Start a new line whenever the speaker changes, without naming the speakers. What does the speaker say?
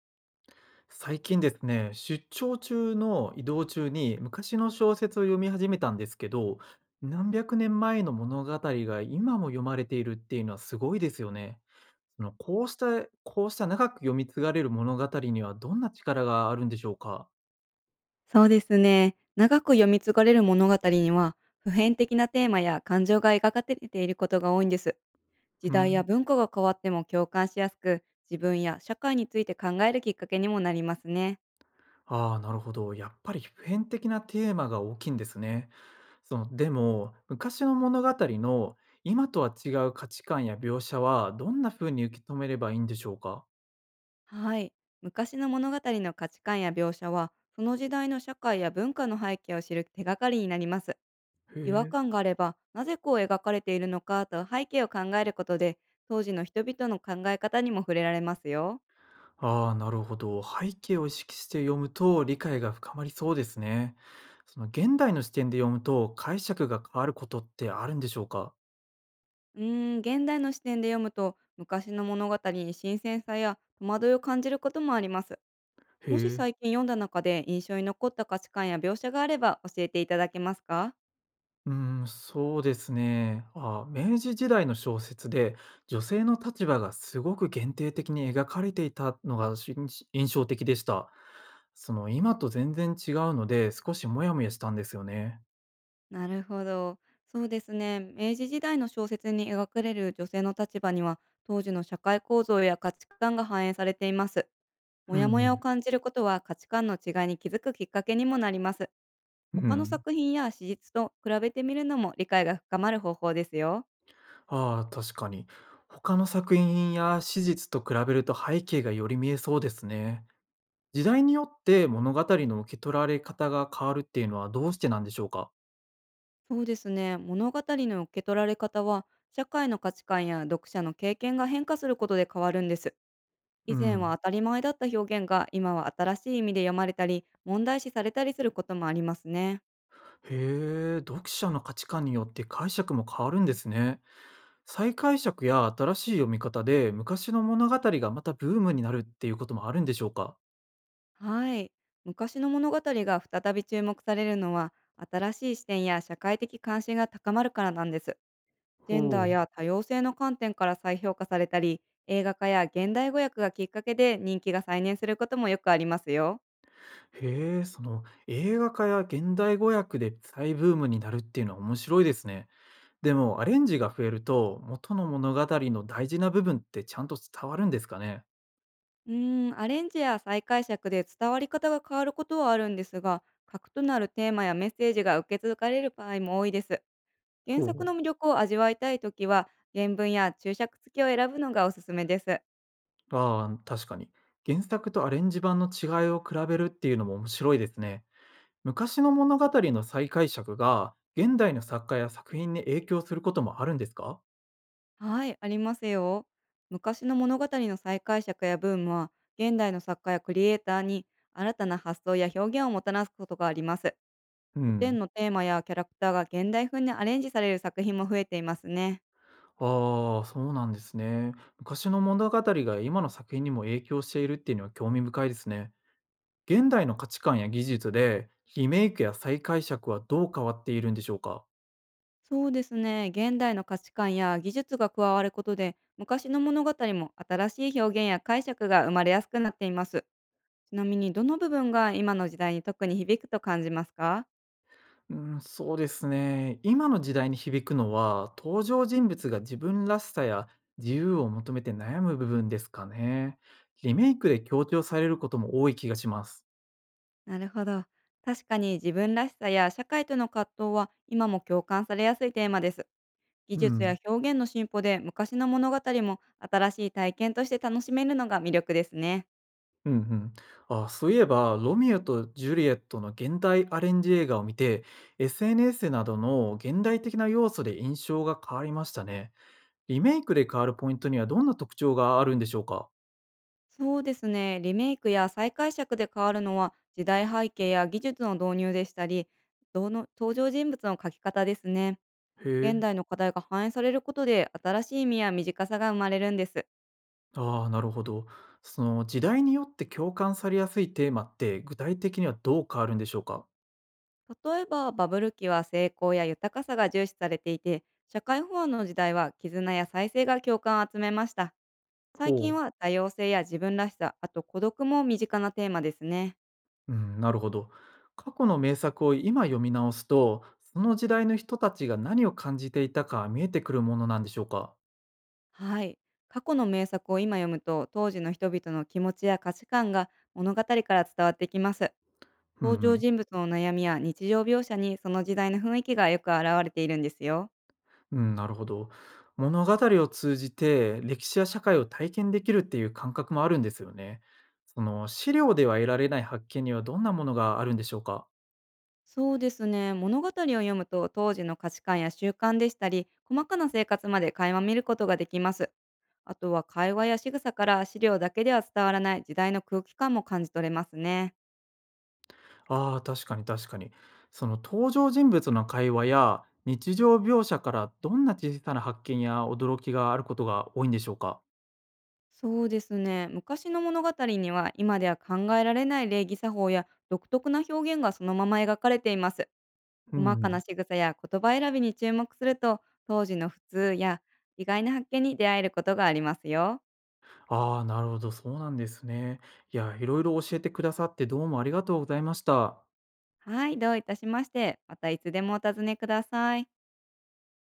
最近ですね、出張中の移動中に昔の小説を読み始めたんですけど、何百年前の物語が今も読まれているっていうのはすごいですよね。そのこうした、こうした長く読み継がれる物語にはどんな力があるんでしょうか。
そうですね。長く読み継がれる物語には、普遍的なテーマや感情が描かれていることが多いんです。時
う
代や
ん。
文化が変わっても共感しやすく、自分や社会について考えるきっかけにもなりますね。
ああ、なるほど。やっぱり普遍的なテーマが大きいんですね。その、でも、昔の物語の今とは違う価値観や描写はどんな風に受け止めればいいんでしょうか。
はい。昔の物語の価値観や描写は、その時代の社会や文化の背景を知る手がかりになります。
へ
違和
え。
感があれば、なぜこう描かれているのかと背景を考えることで、当時の人々の考え方にも触れられますよ。
ああ、なるほど。背景を意識して読むと理解が深まりそうですね。その現代の視点で読むと解釈が変わることってあるんでしょうか。
うーん、現代の視点で読むと昔の物語に新鮮さや戸惑いを感じることもあります。
へ
もし
え。
最近読んだ中で印象に残った価値観や描写があれば教えていただけますか？
うん、そうですね。あ、明治時代の小説で女性の立場がすごく限定的に描かれていたのが印象的でした。その今と全然違うので少しモヤモヤしたんですよね。
なるほど。そうですね。明治時代の小説に描かれる女性の立場には、当時の社会構造や価値観が反映されています。モ
う
ヤ
ん
モ
う
ヤを
ん。
感じることは、価値観の違いに気づくきっかけにもなります。
う
他の
ん。
作品や史実と比べてみるのも、理解が深まる方法ですよ。
ああ、確かに。他の作品や史実と比べると背景がより見えそうですね。時代によって物語の受け取られ方が変わるっていうのはどうしてなんでしょうか。
そうですね。物語の受け取られ方は、社会の価値観や読者の経験が変化することで変わるんです。
う
以前は
ん。
当たり前だった表現が、今は新しい意味で読まれたり、問題視されたりすることもありますね。
へえ、読者の価値観によって解釈も変わるんですね。再解釈や新しい読み方で昔の物語がまたブームになるっていうこともあるんでしょうか。
はい。昔の物語が再び注目されるのは、新しい視点や社会的関心が高まるからなんです。ジェンダ
ほ
ー
う。
や多様性の観点から再評価されたり、映画化や現代語訳がきっかけで人気が再燃することもよくありますよ。
へえ、その映画化や現代語訳で再ブームになるっていうのは面白いですね。でも、アレンジが増えると、元の物語の大事な部分ってちゃんと伝わるんですかね。
うーん、アレンジや再解釈で伝わり方が変わることはあるんですが、核となるテーマやメッセージが受け継がれる場合も多いです。原
ほうほ
作
う。
の魅力を味わいたいときは、原文や注釈付きを選ぶのがおすすめです。
ああ、確かに。原作とアレンジ版の違いを比べるっていうのも面白いですね。昔の物語の再解釈が、現代の作家や作品に影響することもあるんですか。
はい、ありますよ。昔の物語の再解釈やブームは、現代の作家やクリエイターに新たな発想や表現をもたらすことがあります。
う
古典
ん。
のテーマやキャラクターが現代風にアレンジされる作品も増えていますね。
ああ、そうなんですね。昔の物語が今の作品にも影響しているっていうのは興味深いですね。現代の価値観や技術で、リメイクや再解釈はどう変わっているんでしょうか。
そうですね。現代の価値観や技術が加わることで、昔の物語も新しい表現や解釈が生まれやすくなっています。ちなみに、どの部分が今の時代に特に響くと感じますか？
うん、そうですね。今の時代に響くのは、登場人物が自分らしさや自由を求めて悩む部分ですかね。リメイクで強調されることも多い気がします。
なるほど。確かに、自分らしさや社会との葛藤は今も共感されやすいテーマです。技
う
術や
ん。
表現の進歩で、昔の物語も新しい体験として楽しめるのが魅力ですね。
うんうん。あ、そういえば、ロミオとジュリエットの現代アレンジ映画を見て、SNS などの現代的な要素で印象が変わりましたね。リメイクで変わるポイントにはどんな特徴があるんでしょうか。
そうですね。リメイクや再解釈で変わるのは、時代背景や技術の導入でしたり、どの登場人物の描き方ですね。
へ
現
え。
代の課題が反映されることで、新しい意味や短さが生まれるんです。
ああ、なるほど。その時代によって共感されやすいテーマって具体的にはどう変わるんでしょうか。
例えば、バブル期は成功や豊かさが重視されていて、社会不安の時代は絆や再生が共感を集めました。最近
ほう。
は多様性や自分らしさ、あと孤独も身近なテーマですね。
うん、なるほど。過去の名作を今読み直すと、その時代の人たちが何を感じていたか見えてくるものなんでしょうか。
はい。過去の名作を今読むと、当時の人々の気持ちや価値観が物語から伝わってきます。
うんう
登場
ん。
人物の悩みや日常描写に、その時代の雰囲気がよく表れているんですよ。
うん、なるほど。物語を通じて歴史や社会を体験できるっていう感覚もあるんですよね。その資料では得られない発見にはどんなものがあるんでしょうか。
そうですね。物語を読むと、当時の価値観や習慣でしたり、細かな生活まで垣間見ることができます。あとは会話や仕草から、資料だけでは伝わらない時代の空気感も感じ取れますね。
ああ、確かに確かに。その登場人物の会話や日常描写からどんな小さな発見や驚きがあることが多いんでしょうか？
そうですね。昔の物語には、今では考えられない礼儀作法や独特な表現がそのまま描かれています。
う
細かな
ん。
仕草や言葉選びに注目すると、当時の普通や意外な発見に出会えることがありますよ。
ああ、なるほど、そうなんですね。いや、いろいろ教えてくださってどうもありがとうございました。
はい、どういたしまして。またいつでもお尋ねください。